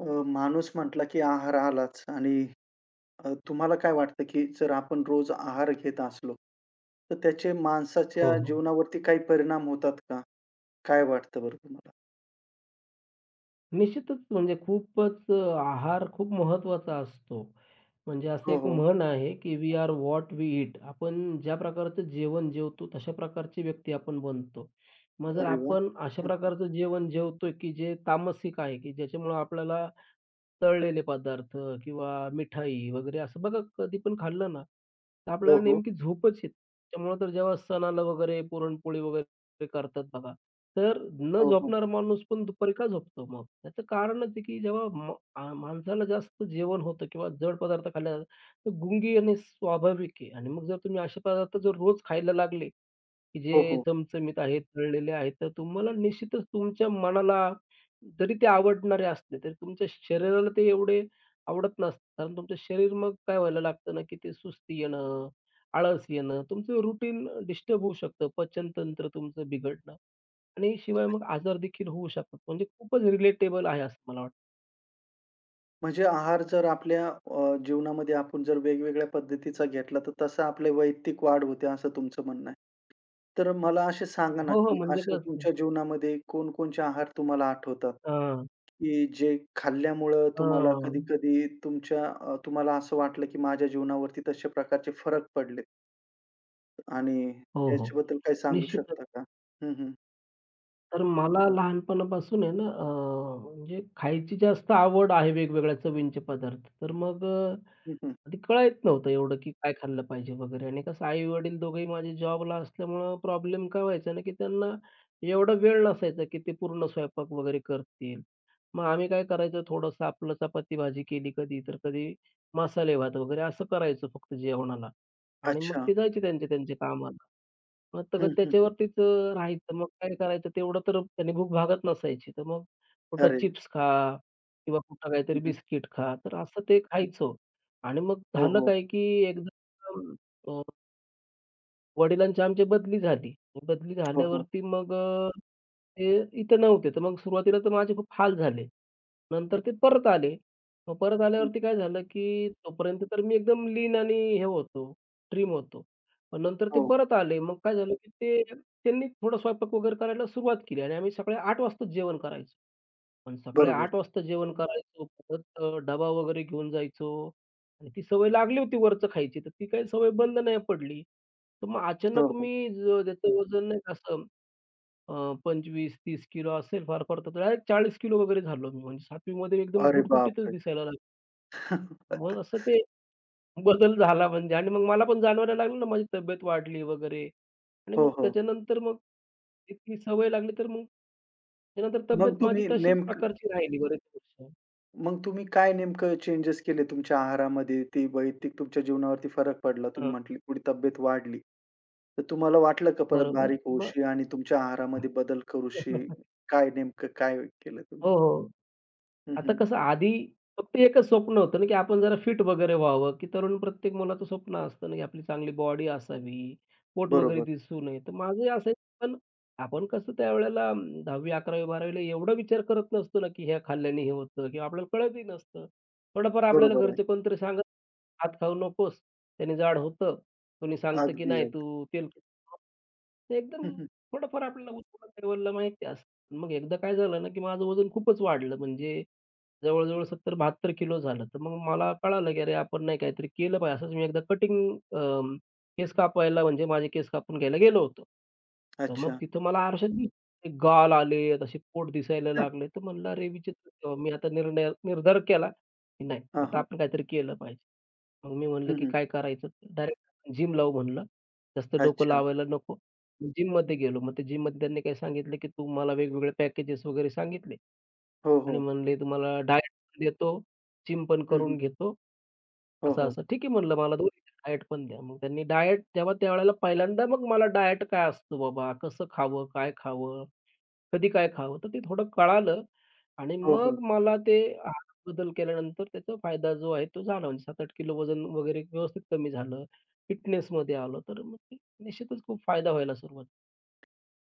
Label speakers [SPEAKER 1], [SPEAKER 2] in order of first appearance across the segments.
[SPEAKER 1] माणूस म्हटला की आहार आलाच आणि तुम्हाला काय वाटतं की जर आपण रोज आहार घेत असलो, तर त्याचे
[SPEAKER 2] हो,
[SPEAKER 1] माणसाच्या
[SPEAKER 2] हो.
[SPEAKER 1] जीवनावरती काही परिणाम होतात का? काय वाटतं बरं तुम्हाला?
[SPEAKER 2] निश्चितच म्हणजे खूपच आहार खूप महत्त्वाचा असतो. म्हणजे असं
[SPEAKER 1] हो,
[SPEAKER 2] एक
[SPEAKER 1] हो.
[SPEAKER 2] म्हण आहे, की "we are what we eat." आपण ज्या प्रकारचं जेवण जेवतो, तशा प्रकारची व्यक्ती आपण बनतो. मग जर
[SPEAKER 1] अरे वाह!
[SPEAKER 2] आपण अशा
[SPEAKER 1] हं, हं.
[SPEAKER 2] प्रकारचं जेवण जेवतोय, की जे तामसिक आहे, की ज्याच्यामुळं आपल्याला तळलेले पदार्थ किंवा मिठाई वगैरे असं बघा कधी पण खाल्लं ना, तर
[SPEAKER 1] हो,
[SPEAKER 2] आपल्याला
[SPEAKER 1] हो.
[SPEAKER 2] नेमकी झोपच येते. त्यामुळं तर जेव्हा सणाला वगैरे पुरणपोळी वगैरे करतात बघा, तर न
[SPEAKER 1] हो, हो.
[SPEAKER 2] झोपणारा माणूस पण दुपारी का झोपतो मग? त्याचं कारणच आहे, की जेव्हा म आ माणसाला जास्त जेवण होतं किंवा जड पदार्थ खाल्ल्या जातात, तर गुंगी येणे स्वाभाविक आहे आणि मग जर तुम्ही असे पदार्थ जर रोज खायला लागले, की
[SPEAKER 1] हो,
[SPEAKER 2] जे
[SPEAKER 1] हो.
[SPEAKER 2] चमचमीत आहेत, तळलेले आहेत, तर तुम्हाला निश्चितच तुमच्या मनाला जरी ते आवडणारे असले, तरी तुमच्या शरीराला ते एवढे आवडत नसतात. कारण तुमचं शरीर मग काय व्हायला लागतं ना, की ते सुस्ती येणं, आळस येणं, तुमचं रुटीन डिस्टर्ब होऊ शकतं, पचनतंत्र तुमचं बिघडणं. आणि शिवाय मग आजार देखील होऊ शकतात. म्हणजे खूपच रिलेटेबल आहे असं मला वाटतं.
[SPEAKER 1] म्हणजे आहार जर आपल्या जीवनामध्ये आपण जर वेगवेगळ्या पद्धतीचा घेतला, तर तसं आपली वैयक्तिक वाढ होते असं तुमचं म्हणणं आहे. तर मला असे सांगा ना,
[SPEAKER 2] हो, हो.
[SPEAKER 1] की
[SPEAKER 2] म्हणजे
[SPEAKER 1] अशा
[SPEAKER 2] कसं.
[SPEAKER 1] तुमच्या जीवनामध्ये कोणकोणचे आहार तुम्हाला आठवतात?
[SPEAKER 2] हां,
[SPEAKER 1] की जे खाल्ल्यामुळं तुम्हाला
[SPEAKER 2] हां.
[SPEAKER 1] कधी-कधी तुमच्या तुम्हाला असं वाटलं की माझ्या जीवनावरती तशा प्रकारचे फरक पडलेत आणि
[SPEAKER 2] हो, हो.
[SPEAKER 1] त्याच्याबद्दल काही सांगू
[SPEAKER 2] निश्चितच.
[SPEAKER 1] शकता का? हं, हं.
[SPEAKER 2] तर मला लहानपणापासून आहे ना, म्हणजे खायची जास्त आवड आहे वेगवेगळ्या चवींचे पदार्थ. तर मग
[SPEAKER 1] हं, हं.
[SPEAKER 2] ते कळत नव्हतं एवढं, की काय खाल्लं पाहिजे वगैरे आणि कसं आई-वडील दोघंही माझे जॉबला असल्यामुळं प्रॉब्लेम काय व्हायचा ना, की त्यांना एवढा वेळ नसायचा, की ते पूर्ण स्वयंपाक वगैरे करतील. मग आम्ही काय करायचो थोडंसं आपलं चपाती भाजी केली कधी, तर कधी मसाले भात वगैरे असं करायचो फक्त जेवणाला आणि मग
[SPEAKER 1] अच्छा.
[SPEAKER 2] ते जायचे त्यांच्या त्यांच्या कामाला. मग तर
[SPEAKER 1] हं, हं, हं.
[SPEAKER 2] त्याच्यावरतीच राहायचं. मग काय करायचं तेवढं तर त्यांनी भूक भागत नसायची. तर मग कुठं
[SPEAKER 1] अरे!
[SPEAKER 2] चिप्स खा किंवा कुठं
[SPEAKER 1] हं,
[SPEAKER 2] काहीतरी
[SPEAKER 1] हं.
[SPEAKER 2] बिस्किट खा, तर असं ते खायचो. आणि मग
[SPEAKER 1] हो,
[SPEAKER 2] झालं
[SPEAKER 1] हो.
[SPEAKER 2] काय, की एकदा अ, वडिलांची आमची बदली झाली. बदली
[SPEAKER 1] हो, हो.
[SPEAKER 2] झाल्यावरती मग ते इथे नव्हते. तर मग सुरुवातीला तर माझे खूप हाल झाले.
[SPEAKER 1] हं,
[SPEAKER 2] नंतर ते परत आले. मग परत
[SPEAKER 1] हं.
[SPEAKER 2] आल्यावरती काय झालं, की तोपर्यंत तर मी एकदम लीन आणि हे होतो, ट्रिम होतो. पण नंतर ते
[SPEAKER 1] हो.
[SPEAKER 2] परत आले. मग काय झालं, की ते त्यांनी थोडा स्वयंपाक वगैरे करायला सुरुवात केली आणि आम्ही सकाळी 8:00 वाजताच जेवण करायचो. पण सकाळी
[SPEAKER 1] बरोबर.
[SPEAKER 2] 8:00 वाजता जेवण करायचो. परत डबा वगैरे घेऊन जायचो आणि ती सवय लागली होती वरचं खायची, तर ती काही सवय बंद नाही पडली. तर मग
[SPEAKER 1] हो,
[SPEAKER 2] अचानक
[SPEAKER 1] हो.
[SPEAKER 2] मी त्याचं वजन नाही का असं अ, 25-30 किलो असेल फार फार तर डायरेक्ट 40 किलो वगैरे झालो मी. म्हणजे 7वी मध्ये एकदम
[SPEAKER 1] अरे
[SPEAKER 2] गुटगुटीतच
[SPEAKER 1] बापरे!
[SPEAKER 2] दिसायला लागलो. मग असं ते बदल झाला म्हणजे आणि मग मला पण जाणवायला लागलं ना माझी तब्येत वाढली वगैरे आणि
[SPEAKER 1] हो,
[SPEAKER 2] मग
[SPEAKER 1] हो.
[SPEAKER 2] त्याच्यानंतर मग ती सवय लागली, तर मग त्यानंतर
[SPEAKER 1] मग
[SPEAKER 2] तब्येत माझी
[SPEAKER 1] तुम्ही
[SPEAKER 2] तशाच
[SPEAKER 1] नेमकं
[SPEAKER 2] प्रकारची राहिली बरेच वर्ष.
[SPEAKER 1] मग तुम्ही काय नेमकं चेंजेस केले तुमच्या आहारामध्ये? ते वैयक्तिक तुमच्या जीवनावरती फरक पडला. तुम्ही
[SPEAKER 2] हां,
[SPEAKER 1] म्हटले थोडी तब्येत वाढली. तर तुम्हाला वाटलं का परत
[SPEAKER 2] बरोबर.
[SPEAKER 1] बारीक
[SPEAKER 2] मग
[SPEAKER 1] होऊशी आणि तुमच्या
[SPEAKER 2] हो,
[SPEAKER 1] आहारामध्ये बदल करूशी? काय नेमकं काय केलं तुम्ही?
[SPEAKER 2] हो.
[SPEAKER 1] हं,
[SPEAKER 2] आता
[SPEAKER 1] हं.
[SPEAKER 2] कसं आधी फक्त एकच स्वप्न होतं ना, की आपण जरा फिट वगैरे व्हावं, की तरुण प्रत्येक मुलाचं स्वप्न असतं ना, की आपली चांगली बॉडी असावी, पोट वगैरे
[SPEAKER 1] बरोबर.
[SPEAKER 2] दिसू नये. तर माझंही असायचं, पण आपण कसं त्यावेळेला 10वी, 11वी, 12वीला एवढा विचार करत नसतो ना, की हे खाल्ल्याने हे होतं किंवा आपल्याला कळतही नसतं. थोडंफार आपल्याला
[SPEAKER 1] बरोबर आहे.
[SPEAKER 2] घरचे कोणतरी सांगत, "भात खाऊ नकोस, त्याने जाड होतं." कोणी सांगतं, की
[SPEAKER 1] अगदी,
[SPEAKER 2] "नाही,
[SPEAKER 1] अगदी.
[SPEAKER 2] तू तेलकट ते एकदम
[SPEAKER 1] हं, हं.
[SPEAKER 2] थोडंफार आपल्याला उत्पन्न लेव्हलला माहिती असतं." मग एकदा काय झालं ना, की माझं वजन खूपच वाढलं म्हणजे जवळ-जवळ 70 किलो झालं. तर मग मला कळालं, की अरे आपण नाही काहीतरी केलं पाहिजे. असंच मी एकदा कटिंग केस कापायला म्हणजे माझे केस कापून घ्यायला गेलो होतो. तर मग
[SPEAKER 1] अच्छा.
[SPEAKER 2] तिथं मला आरशात दिसले गाल आले, असे पोट दिसायला लागले. तर म्हणलं अरे विचित्र! मी आता निर्णय निर्धार केला, की नाही
[SPEAKER 1] हां,
[SPEAKER 2] आता
[SPEAKER 1] हां.
[SPEAKER 2] आपण काहीतरी केलं पाहिजे. मग मी म्हणलं,
[SPEAKER 1] हं,
[SPEAKER 2] की
[SPEAKER 1] हं.
[SPEAKER 2] काय करायचं? डायरेक्ट जिम लावू म्हणलं. जास्त डोकं
[SPEAKER 1] अच्छा.
[SPEAKER 2] लावायला नको. जिममध्ये गेलो. मग ते जिममध्ये त्यांनी काय सांगितलं, की तुम्हाला वेगवेगळे पॅकेजेस वगैरे सांगितले
[SPEAKER 1] हो,
[SPEAKER 2] आणि
[SPEAKER 1] हो.
[SPEAKER 2] म्हणले, "तुम्हाला डाएट पण देतो, जिम पण
[SPEAKER 1] हं, हं.
[SPEAKER 2] करून घेतो."
[SPEAKER 1] हो, हो.
[SPEAKER 2] असं-असं. ठीक आहे म्हणलं, "मला दोन्ही डाएट पण द्या." मग त्यांनी डाएट तेव्हा त्यावेळेला पहिल्यांदा मग मला डाएट काय असतो बाबा, कसं खावं, काय खावं? कधी काय खावं? तर ते थोडं कळालं आणि
[SPEAKER 1] हो, हो.
[SPEAKER 2] मग मला ते आहारात बदल केल्यानंतर त्याचा फायदा जो आहे तो झाला. म्हणजे 7-8 किलो वजन वगैरे व्यवस्थित कमी झालं. फिटनेसमध्ये आलो. तर मग ते निश्चितच खूप फायदा व्हायला सुरुवात.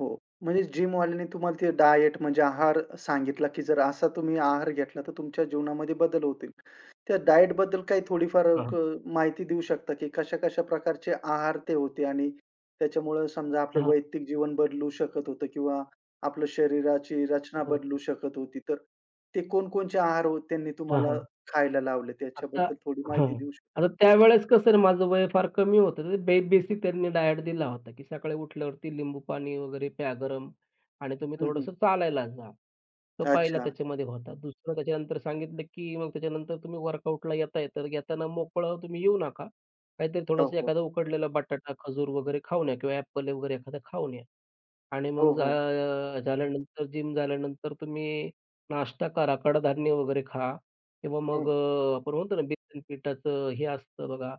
[SPEAKER 1] हो. म्हणजे जिमवाल्याने तुम्हाला ते डायट म्हणजे आहार सांगितला, की जर असा तुम्ही आहार घेतला तर तुमच्या जीवनामध्ये बदल होतील. त्या डायटबद्दल काही थोडीफार
[SPEAKER 2] हां,
[SPEAKER 1] क
[SPEAKER 2] हां.
[SPEAKER 1] माहिती देऊ शकता, की कशा-कशा प्रकारचे आहार ते होते आणि त्याच्यामुळं समजा आपले
[SPEAKER 2] हां,
[SPEAKER 1] वैयक्तिक जीवन बदलू शकत होतं किंवा आपलं शरीराची रचना
[SPEAKER 2] हो,
[SPEAKER 1] बदलू
[SPEAKER 2] हो.
[SPEAKER 1] शकत होती. तर ते कोणकोणचे आहार हो त्यांनी
[SPEAKER 2] हां,
[SPEAKER 1] तुम्हाला
[SPEAKER 2] हां.
[SPEAKER 1] खायला लावले
[SPEAKER 2] आता.
[SPEAKER 1] त्याच्याबद्दल थोडी
[SPEAKER 2] हां.
[SPEAKER 1] माहिती देऊ शकता?
[SPEAKER 2] आता त्यावेळेस कसं आहे ना, माझं वय फार कमी होतं. तर बेसिक त्यांनी डायट दिला होता, की सकाळी उठल्यावरती लिंबू पाणी वगैरे प्या गरम आणि तुम्ही
[SPEAKER 1] हं, हं.
[SPEAKER 2] थोडंसं चालायला जा. तो पहिला
[SPEAKER 1] अच्छा.
[SPEAKER 2] त्याच्यामध्ये होता. दुसरं त्याच्यानंतर सांगितलं, की मग त्याच्यानंतर तुम्ही वर्कआउटला येताय, तर येताना मोकळं तुम्ही येऊ नका. काहीतरी
[SPEAKER 1] हो,
[SPEAKER 2] थोडंसं
[SPEAKER 1] हो.
[SPEAKER 2] एखादा उकडलेला बटाटा, खजूर वगैरे खाऊन या किंवा ॲपल वगैरे एखादा खाऊन या. आणि
[SPEAKER 1] हो,
[SPEAKER 2] मग
[SPEAKER 1] हो.
[SPEAKER 2] झाल्यानंतर जिम झाल्यानंतर तुम्ही नाश्ता करा, कडधान्य वगैरे खा किंवा
[SPEAKER 1] हं.
[SPEAKER 2] मग आपण म्हणतो ना बेसन पिठाचं हे असतं बघा,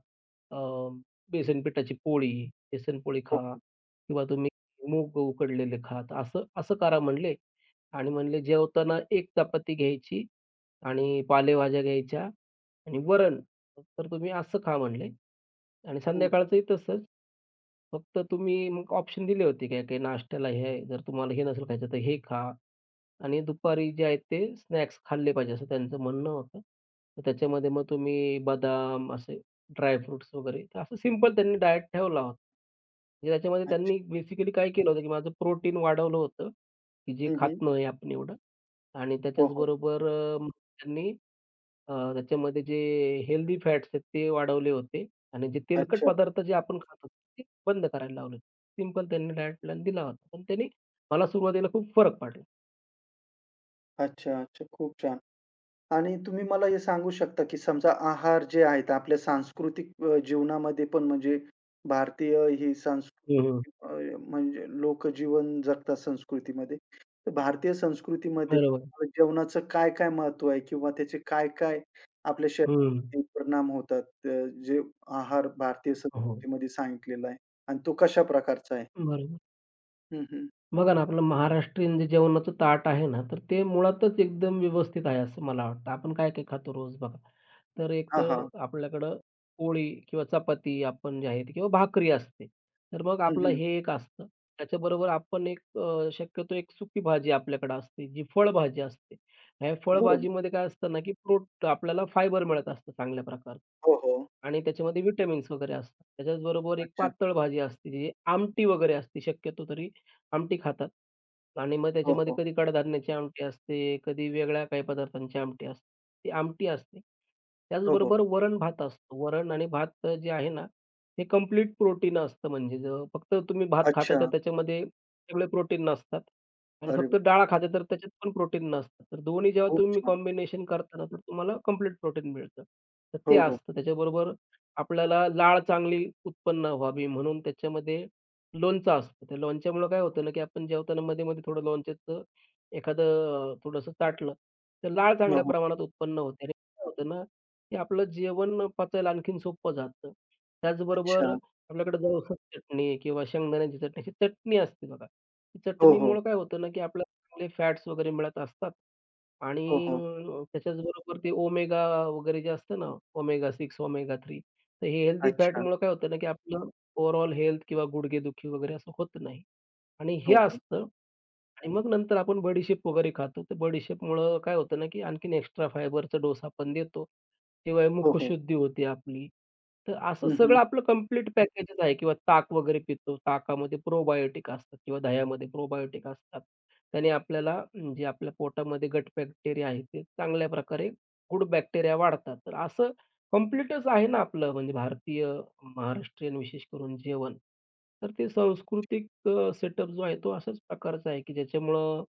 [SPEAKER 2] अ, बेसन पिठाची पोळी, बेसन पोळी
[SPEAKER 1] हो,
[SPEAKER 2] खा
[SPEAKER 1] हो.
[SPEAKER 2] किंवा तुम्ही मूग उकडलेले खा. तर असं असं करा म्हणले आणि म्हणले जेवताना 1 चपाती घ्यायची आणि पालेभाज्या घ्यायच्या आणि वरण तर तुम्ही असं खा म्हणले आणि
[SPEAKER 1] हं.
[SPEAKER 2] संध्याकाळचंही तसंच. फक्त तुम्ही मग ऑप्शन दिले होते, काही-काही नाश्त्याला हे जर तुम्हाला हे नसेल खायचं तर हे खा. आणि दुपारी जे आहेत ते स्नॅक्स खाल्ले पाहिजे असं त्यांचं म्हणणं होतं. तर त्याच्यामध्ये मग तुम्ही बदाम असे ड्राय फ्रुट्स वगैरे तर असं सिंपल त्यांनी डायट ठेवला होता. म्हणजे त्याच्यामध्ये
[SPEAKER 1] अच्छा.
[SPEAKER 2] त्यांनी बेसिकली काय केलं होतं, की माझं प्रोटीन वाढवलं होतं, की जे
[SPEAKER 1] हं, हं.
[SPEAKER 2] खात नाही आपण एवढं. आणि
[SPEAKER 1] हो, हो.
[SPEAKER 2] त्याच्याचबरोबर मग त्यांनी त्याच्यामध्ये जे हेल्दी फॅट्स आहेत ते वाढवले होते आणि जे तेलकट
[SPEAKER 1] अच्छा,
[SPEAKER 2] पदार्थ जे आपण खातो ते बंद करायला लावले. सिंपल त्यांनी डायट प्लॅन दिला होता. पण त्याने मला सुरुवातीला खूप फरक पडला.
[SPEAKER 1] अच्छा, अच्छा. खूप छान. आणि तुम्ही मला हे सांगू शकता, की समजा आहार जे आहेत आपल्या सांस्कृतिक जीवनामध्ये पण म्हणजे भारतीय ही
[SPEAKER 2] हं,
[SPEAKER 1] संस्कृती म्हणजे लोकजीवन जगतात संस्कृतीमध्ये. तर भारतीय संस्कृतीमध्ये
[SPEAKER 2] बरोबर.
[SPEAKER 1] जेवणाचं काय-काय महत्त्व आहे किंवा त्याचे काय-काय आपल्या
[SPEAKER 2] हं.
[SPEAKER 1] शरीरावर परिणाम होतात? जे आहार भारतीय
[SPEAKER 2] हो.
[SPEAKER 1] संस्कृतीमध्ये सांगितलेला आहे आणि तो कशा प्रकारचा आहे?
[SPEAKER 2] बरोबर.
[SPEAKER 1] हं, हं.
[SPEAKER 2] बघा ना, आपलं महाराष्ट्रीयन जे जेवणाचं ताट आहे ना, तर ते मुळातच एकदम व्यवस्थित आहे असं मला वाटतं. आपण काय-काय खातो रोज बघा. तर एक
[SPEAKER 1] हां,
[SPEAKER 2] तर
[SPEAKER 1] हां.
[SPEAKER 2] आपल्याकडं पोळी किंवा चपाती आपण जे आहे ते, किंवा भाकरी असते. तर मग
[SPEAKER 1] हं,
[SPEAKER 2] आपलं
[SPEAKER 1] हं.
[SPEAKER 2] हे एक असतं. त्याच्याबरोबर आपण एक शक्यतो एक सुकी भाजी आपल्याकडे असते, जी फळभाजी असते. या
[SPEAKER 1] बरोबर.
[SPEAKER 2] फळभाजीमध्ये काय असतं ना, की फ्रूट आपल्याला फायबर मिळत असतं चांगल्या प्रकारचं.
[SPEAKER 1] हो, हो.
[SPEAKER 2] आणि त्याच्यामध्ये विटामिन्स वगैरे असतात. त्याच्याचबरोबर एक
[SPEAKER 1] अच्छा.
[SPEAKER 2] पातळ भाजी असते, जी आमटी वगैरे असते. शक्यतो तरी आमटी खातात. आणि मग
[SPEAKER 1] हो,
[SPEAKER 2] त्याच्यामध्ये
[SPEAKER 1] हो.
[SPEAKER 2] कधी कडधान्याची आमटी असते, कधी वेगळ्या काही पदार्थांची आमटी असते. ती आमटी असते.
[SPEAKER 1] हो, हो.
[SPEAKER 2] त्याचबरोबर वरण भात असतो. वरण आणि भात जे आहे ना, हे कंप्लीट प्रोटीन असतं म्हणजे जर फक्त तुम्ही भात खाताय
[SPEAKER 1] अच्छा.
[SPEAKER 2] तर त्याच्यामध्ये सगळे प्रोटीन नसतात आणि
[SPEAKER 1] अरे
[SPEAKER 2] फक्त
[SPEAKER 1] वाह!
[SPEAKER 2] डाळ खाताय तर त्याच्यात पण प्रोटीन नसतं. तर दोन्ही जेव्हा
[SPEAKER 1] खूप
[SPEAKER 2] तुम्ही
[SPEAKER 1] छान.
[SPEAKER 2] कॉम्बिनेशन करता ना, तर तुम्हाला कंप्लीट प्रोटीन मिळतं. तर
[SPEAKER 1] हो,
[SPEAKER 2] ते
[SPEAKER 1] हो.
[SPEAKER 2] असतं. त्याच्याबरोबर आपल्याला लाळ चांगली उत्पन्न व्हावी म्हणून त्याच्यामध्ये लोणचं असतं. त्या लोणच्यामुळं काय होतं ना, की आपण जेवताना मध्ये-मध्ये थोडं लोणच्याचं एखादं थोडंसं चाटलं, तर लाळ
[SPEAKER 1] हो,
[SPEAKER 2] चांगल्या
[SPEAKER 1] हो.
[SPEAKER 2] प्रमाणात उत्पन्न होते आणि काय होतं ना, की आपलं जेवण पचायला आणखीन सोपं जातं. त्याचबरोबर
[SPEAKER 1] अच्छा.
[SPEAKER 2] आपल्याकडे जवसची चटणी किंवा शेंगदाण्याची चटणी, ही चटणी असते बघा. ही
[SPEAKER 1] हो, हो.
[SPEAKER 2] चटणीमुळं काय होतं ना, की आपल्याला चांगले फॅट्स वगैरे मिळत असतात आणि
[SPEAKER 1] हो, हो.
[SPEAKER 2] त्याच्याचबरोबर ते ओमेगा वगैरे जे असतं ना, ओमेगा 6, ओमेगा 3 तर हे हेल्दी
[SPEAKER 1] अच्छा.
[SPEAKER 2] फॅटमुळं काय होतं ना, की आपलं ओव्हरऑल हेल्थ किंवा गुडघेदुखी वगैरे असं होत नाही आणि हे
[SPEAKER 1] हो, हो.
[SPEAKER 2] असतं. आणि मग नंतर आपण बडीशेप वगैरे खातो. तर बडीशेपमुळं काय होतं ना, की आणखीन एक्स्ट्रा फायबरचा डोस आपण देतो. शिवाय
[SPEAKER 1] हो, हो.
[SPEAKER 2] मुखशुद्धी होते आपली. तर असं
[SPEAKER 1] हं, हं.
[SPEAKER 2] सगळं आपलं कंप्लीट पॅकेजच आहे किंवा ताक वगैरे पितो. ताकामध्ये प्रोबायोटिक असतात किंवा दह्यामध्ये प्रोबायोटिक असतात. त्याने आपल्याला म्हणजे आपल्या पोटामध्ये गट बॅक्टेरिया आहे ते चांगल्या प्रकारे गुड बॅक्टेरिया वाढतात. तर असं कम्प्लीटच आहे ना आपलं म्हणजे भारतीय, महाराष्ट्रीयन विशेष करून जेवण. तर ते सांस्कृतिक सेटअप जो आहे तो अशाच प्रकारचा आहे, की ज्याच्यामुळं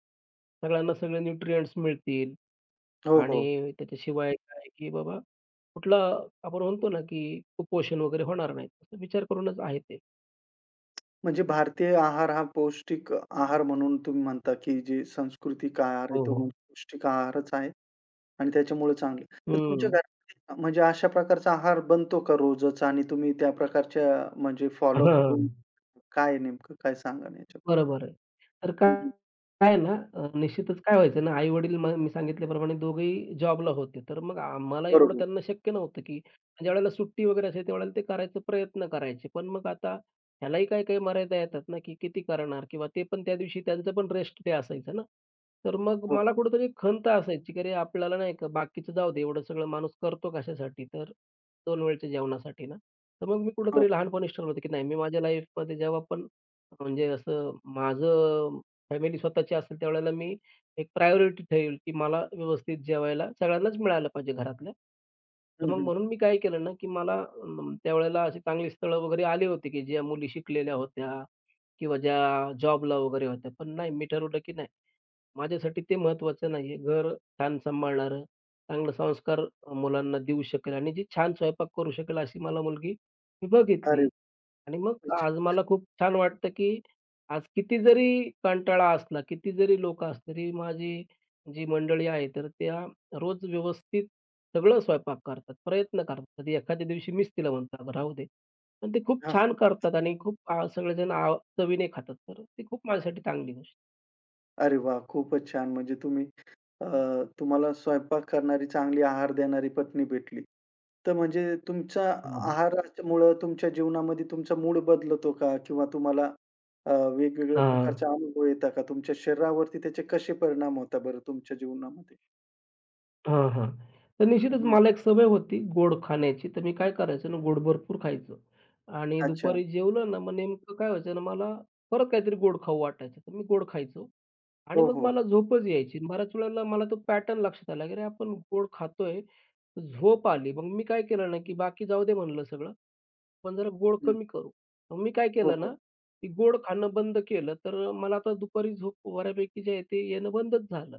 [SPEAKER 2] सगळ्यांना सगळे न्यूट्रिएंट्स मिळतील
[SPEAKER 1] हो, हो.
[SPEAKER 2] आणि त्याच्याशिवाय काय, की बाबा कुठला आपण म्हणतो ना, की कुपोषण वगैरे होणार नाही. असा विचार करूनच आहे ते.
[SPEAKER 1] म्हणजे भारतीय आहार हा पौष्टिक आहार म्हणून तुम्ही म्हणता, की जे सांस्कृतिक आहार आहे
[SPEAKER 2] हो,
[SPEAKER 1] तो
[SPEAKER 2] हो.
[SPEAKER 1] म्हणजे पौष्टिक आहारच आहे आणि त्याच्यामुळे चांगलं. तर तुमच्या
[SPEAKER 2] हं.
[SPEAKER 1] घरामध्ये म्हणजे अशा प्रकारचा आहार बनतो का रोजच आणि तुम्ही त्या प्रकारच्या म्हणजे फॉलो
[SPEAKER 2] हां.
[SPEAKER 1] करून काय आहे नेमकं? काय सांगाल याच्याबद्दल?
[SPEAKER 2] बरोबर आहे. तर
[SPEAKER 1] हं, हं.
[SPEAKER 2] काय आहे ना, निश्चितच काय व्हायचं ना, आई-वडील मग मी सांगितल्याप्रमाणे दोघेही जॉबला होते. तर मग आम्हाला एवढं
[SPEAKER 1] बरोबर.
[SPEAKER 2] त्यांना शक्य नव्हतं, की ज्यावेळेला सुट्टी वगैरे असेल, त्यावेळेला ते करायचा प्रयत्न करायचे. पण मग आता ह्यालाही काही काही मर्यादा येतात ना, की किती करणार किंवा ते पण त्या दिवशी त्यांचं पण रेस्ट डे असायचा ना. तर मग
[SPEAKER 1] हो,
[SPEAKER 2] मला कुठेतरी खंत असायची, की अरे आपल्याला नाही का बाकीचं जाऊ दे, एवढं सगळं माणूस करतो कशासाठी? तर 2 वेळच्या जेवणासाठी ना. तर मग मी
[SPEAKER 1] हो.
[SPEAKER 2] कुठेतरी लहानपणीच ठरवलं होतं, की नाही मी माझ्या लाईफमध्ये जेव्हा पण म्हणजे असं माझं फॅमिली स्वतःची असेल त्यावेळेला मी एक प्रायोरिटी ठेवेल, की मला व्यवस्थित जेवायला सगळ्यांनाच मिळालं पाहिजे घरातल्या.
[SPEAKER 1] हं,
[SPEAKER 2] तर मग
[SPEAKER 1] हं.
[SPEAKER 2] म्हणून मी काय केलं ना, की मला त्यावेळेला अशी चांगली स्थळं वगैरे आली होती, की ज्या मुली शिकलेल्या होत्या किंवा ज्या जॉबला वगैरे होत्या. पण नाही, मी ठरवलं की नाही, माझ्यासाठी ते महत्त्वाचं नाहीये. घर छान सांभाळणारं, चांगले संस्कार मुलांना देऊ शकेल आणि जी छान स्वयंपाक करू शकेल अशी मला मुलगी मी बघितली.
[SPEAKER 1] अरे!
[SPEAKER 2] आणि मग आज मला खूप छान वाटतं, की आज किती जरी कंटाळा असला, किती जरी लोकं असली, तरी माझी जी मंडळी आहे, तर त्या रोज व्यवस्थित सगळं स्वयंपाक करतात, प्रयत्न करतात. कधी एखाद्या दिवशी मीच तिला म्हणतो, "अगं राहू दे." पण ते खूप छान
[SPEAKER 1] अच्छा.
[SPEAKER 2] करतात आणि खूप सगळेजण चवीने खातात. तर ती खूप माझ्यासाठी चांगली गोष्ट.
[SPEAKER 1] अरे वाह! खूपच छान. म्हणजे तुम्ही अ, तुम्हाला स्वयंपाक करणारी, चांगली आहार देणारी पत्नी भेटली. तर म्हणजे तुमच्या
[SPEAKER 2] हो, हो.
[SPEAKER 1] आहारामुळं तुमच्या जीवनामध्ये तुमचा मूड बदलतो का? किंवा तुम्हाला अ, वेगवेगळ्या प्रकारचे अनुभव येतात का? तुमच्या शरीरावरती त्याचे कसे परिणाम होतात बरं तुमच्या जीवनामध्ये?
[SPEAKER 2] हां, हां. तर
[SPEAKER 1] हं,
[SPEAKER 2] निश्चितच
[SPEAKER 1] हं.
[SPEAKER 2] मला एक सवय होती गोड खाण्याची. तर मी काय करायचो ना, गोड भरपूर खायचो आणि
[SPEAKER 1] अच्छा.
[SPEAKER 2] दुपारी जेवलं ना, मग नेमकं काय व्हायचं ना, मला परत काहीतरी गोड खाऊ वाटायचं. तर मी गोड खायचो आणि
[SPEAKER 1] हो,
[SPEAKER 2] मग
[SPEAKER 1] हो.
[SPEAKER 2] मला झोपच यायची. बऱ्याच वेळेला मला तो पॅटर्न लक्षात आला, की अरे आपण गोड खातोय, झोप आली. मग मी काय केलं ना, की बाकी जाऊ दे म्हणलं सगळं. पण जरा गोड
[SPEAKER 1] हं.
[SPEAKER 2] कमी करू. मग मी काय
[SPEAKER 1] हो,
[SPEAKER 2] केलं
[SPEAKER 1] हो.
[SPEAKER 2] ना, की गोड खाणं बंद केलं, तर मला आता दुपारी झोप बऱ्यापैकी जे आहे ते येणं बंदच झालं.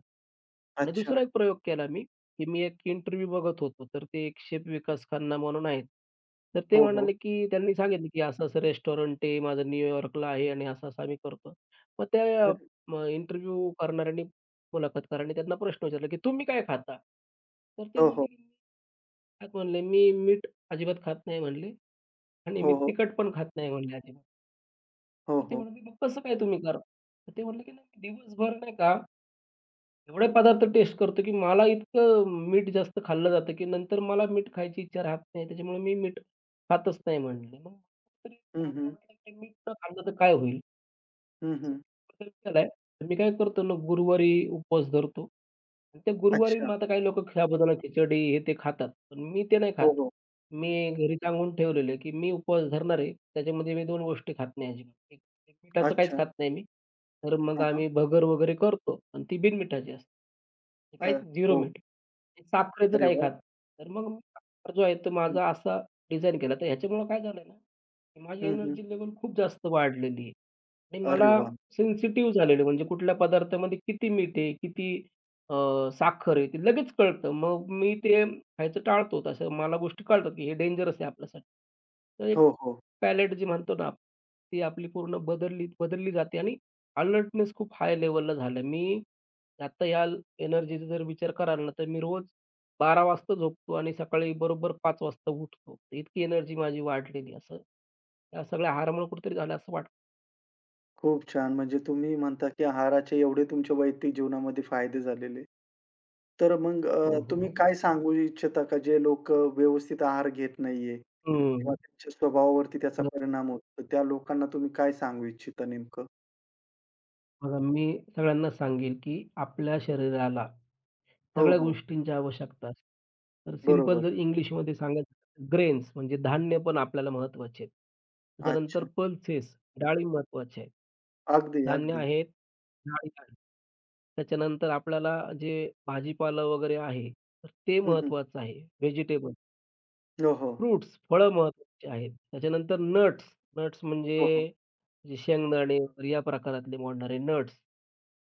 [SPEAKER 2] आणि
[SPEAKER 1] अच्छा.
[SPEAKER 2] दुसरा एक प्रयोग केला मी, की मी एक इंटरव्ह्यू बघत होतो, तर ते एक शेफ विकास खन्ना म्हणून आहेत. तर ते
[SPEAKER 1] हो, हो.
[SPEAKER 2] म्हणाले, की त्यांनी सांगितलं, की असं-असं रेस्टॉरंट आहे, माझं न्यूयॉर्कला आहे आणि असं-असं आम्ही करतो. मग त्या
[SPEAKER 1] अरे
[SPEAKER 2] इंटरव्ह्यू करणाऱ्यांनी, मुलाखतकारांनी त्यांना प्रश्न विचारला, की "तुम्ही काय खाता?" तर ते
[SPEAKER 1] हो,
[SPEAKER 2] म्हणले,
[SPEAKER 1] हो.
[SPEAKER 2] की "मी" खात म्हणले, "मी मीठ अजिबात खात नाही" म्हणले. आणि
[SPEAKER 1] हो,
[SPEAKER 2] मी
[SPEAKER 1] हो.
[SPEAKER 2] तिखट पण खात नाही म्हणले अजिबात.
[SPEAKER 1] हो,
[SPEAKER 2] तर ते
[SPEAKER 1] हो.
[SPEAKER 2] म्हणाले, "मग कसं काय तुम्ही करता?" तर ते म्हणले, की "नाही मी दिवसभर नाही का एवढे पदार्थ टेस्ट करतो, की मला इतकं मीठ जास्त खाल्लं जातं, की नंतर मला मीठ खायची इच्छा राहत नाही. त्याच्यामुळे मी मीठ खातच नाही." म्हणले. मग कुठेतरी
[SPEAKER 1] हं,
[SPEAKER 2] चांगलं
[SPEAKER 1] हं.
[SPEAKER 2] वाटलं, की मीठ न खाल्लं तर काय होईल?
[SPEAKER 1] हं,
[SPEAKER 2] असं
[SPEAKER 1] हं.
[SPEAKER 2] बदल केलाय. तर मी काय करतो ना, गुरुवारी उपवास धरतो. आणि त्या गुरुवारी
[SPEAKER 1] अच्छा.
[SPEAKER 2] मग आता काही लोकं साबुदाणा खिचडी हे ते खातात. पण मी ते नाही खात.
[SPEAKER 1] हो, हो.
[SPEAKER 2] मी घरी सांगून ठेवलेलं आहे, की मी उपवास धरणार आहे. त्याच्यामध्ये मी 2 गोष्टी खात नाही अजिबात. एक एक मिठाचं काहीच
[SPEAKER 1] अच्छा.
[SPEAKER 2] खात नाही मी. तर मग
[SPEAKER 1] हां, हां.
[SPEAKER 2] आम्ही भगर वगैरे करतो. पण ती बिनमिठाची असते.
[SPEAKER 1] अ,
[SPEAKER 2] काहीच 0
[SPEAKER 1] हो.
[SPEAKER 2] मीठ. साखरेचं
[SPEAKER 1] अरे
[SPEAKER 2] काही
[SPEAKER 1] वाह!
[SPEAKER 2] खात नाही. तर मग मी आहार जो आहे तो माझा असा डिझाइन केला. तर ह्याच्यामुळं काय झालंय ना, की माझी
[SPEAKER 1] हं, हं.
[SPEAKER 2] एनर्जी लेव्हल खूप जास्त वाढलेली आहे. आणि
[SPEAKER 1] अरे
[SPEAKER 2] मला
[SPEAKER 1] वाह!
[SPEAKER 2] सेन्सिटिव्ह झालेलं म्हणजे कुठल्या पदार्थामध्ये किती मीठ आहे, किती अ, साखर आहे, ते लगेच कळतं. मग मी ते खायचं टाळतो. तसं मला गोष्टी कळतात, की हे डेंजरस आहे आपल्यासाठी. तर एक
[SPEAKER 1] हो, हो.
[SPEAKER 2] पॅलेट जी म्हणतो ना, ती आपली पूर्ण बदलली बदलली जाते आणि अलर्टनेस खूप हाय लेव्हलला झालं. मी आता या एनर्जीचा जर विचार कराल ना, तर मी रोज 12 वाजता झोपतो आणि सकाळी बरोबर 5 वाजता उठतो. इतकी एनर्जी माझी वाढलेली. असं या सगळ्या आहारामुळे कुठेतरी झालं असं वाटतं.
[SPEAKER 1] खूप छान. म्हणजे तुम्ही म्हणता, की आहाराचे एवढे तुमच्या वैयक्तिक जीवनामध्ये फायदे झालेले. तर मग
[SPEAKER 2] हो, हो,
[SPEAKER 1] तुम्ही
[SPEAKER 2] हो.
[SPEAKER 1] काय सांगू इच्छिता का जे लोकं व्यवस्थित आहार घेत नाहीये
[SPEAKER 2] हं.
[SPEAKER 1] किंवा त्यांच्या स्वभावावरती त्याचा
[SPEAKER 2] मग
[SPEAKER 1] परिणाम होतो. तर त्या लोकांना तुम्ही काय सांगू इच्छिता नेमकं?
[SPEAKER 2] बघा मी सगळ्यांना सांगेल, की आपल्या शरीराला
[SPEAKER 1] हो,
[SPEAKER 2] सगळ्या
[SPEAKER 1] हो.
[SPEAKER 2] गोष्टींची आवश्यकता असते. तर सिंपल
[SPEAKER 1] बरोबर.
[SPEAKER 2] जर इंग्लिशमध्ये सांगायचं ग्रेन्स म्हणजे धान्य पण आपल्याला महत्त्वाचे आहेत. त्याच्यानंतर
[SPEAKER 1] अच्छा.
[SPEAKER 2] पल्सेस डाळी महत्त्वाच्या आहेत.
[SPEAKER 1] अगदी,
[SPEAKER 2] धान्य
[SPEAKER 1] अगदी.
[SPEAKER 2] आहेत, डाळी आहेत. त्याच्यानंतर आपल्याला जे भाजीपाला वगैरे आहे, तर ते
[SPEAKER 1] हं, हं.
[SPEAKER 2] महत्त्वाचं आहे. व्हेजिटेबल.
[SPEAKER 1] हो, हो.
[SPEAKER 2] फ्रुट्स, फळं महत्त्वाची आहेत. त्याच्यानंतर नट्स, नट्स म्हणजे
[SPEAKER 1] हो, हो.
[SPEAKER 2] जे शेंगदाणे वगैरे या प्रकारातले मोडणारे नट्स,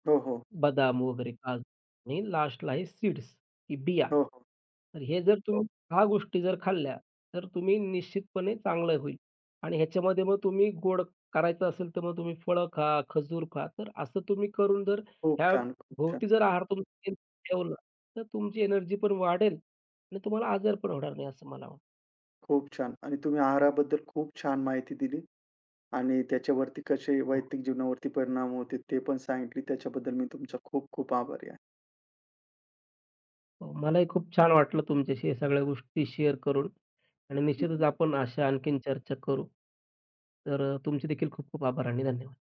[SPEAKER 1] हो, हो.
[SPEAKER 2] बदाम वगैरे, काजू आणि लास्टला आहे सीड्स, की बिया.
[SPEAKER 1] हो, हो.
[SPEAKER 2] तर हे जर
[SPEAKER 1] हो.
[SPEAKER 2] तुम्ही 6 गोष्टी जर खाल्ल्या, तर तुम्ही निश्चितपणे चांगलं होईल. आणि ह्याच्यामध्ये मग तुम्ही गोड करायचं असेल, तर मग तुम्ही फळं खा, खजूर खा. तर असं तुम्ही करून जर
[SPEAKER 1] खूप
[SPEAKER 2] ह्या
[SPEAKER 1] छान, खूप छान,
[SPEAKER 2] भोवती जर आहार तुम्ही केंद्रित ठेवला, तर तुमची एनर्जी पण वाढेल आणि तुम्हाला आजार पण होणार नाही असं मला वाटतं.
[SPEAKER 1] खूप छान. आणि तुम्ही आहाराबद्दल खूप छान माहिती दिली. आणि त्याच्यावरती कसे वैयक्तिक जीवनावरती परिणाम होते ते पण सांगितले. त्याच्याबद्दल मी तुमचा खूप खूप आभारी आहे.
[SPEAKER 2] हो, मलाही खूप छान वाटलं तुमच्याशी या सगळ्या गोष्टी शेअर करून आणि निश्चितच
[SPEAKER 1] हं,
[SPEAKER 2] आपण अशा आणखीन चर्चा करू. तर तुमचे देखील खूप खूप आभार आणि धन्यवाद.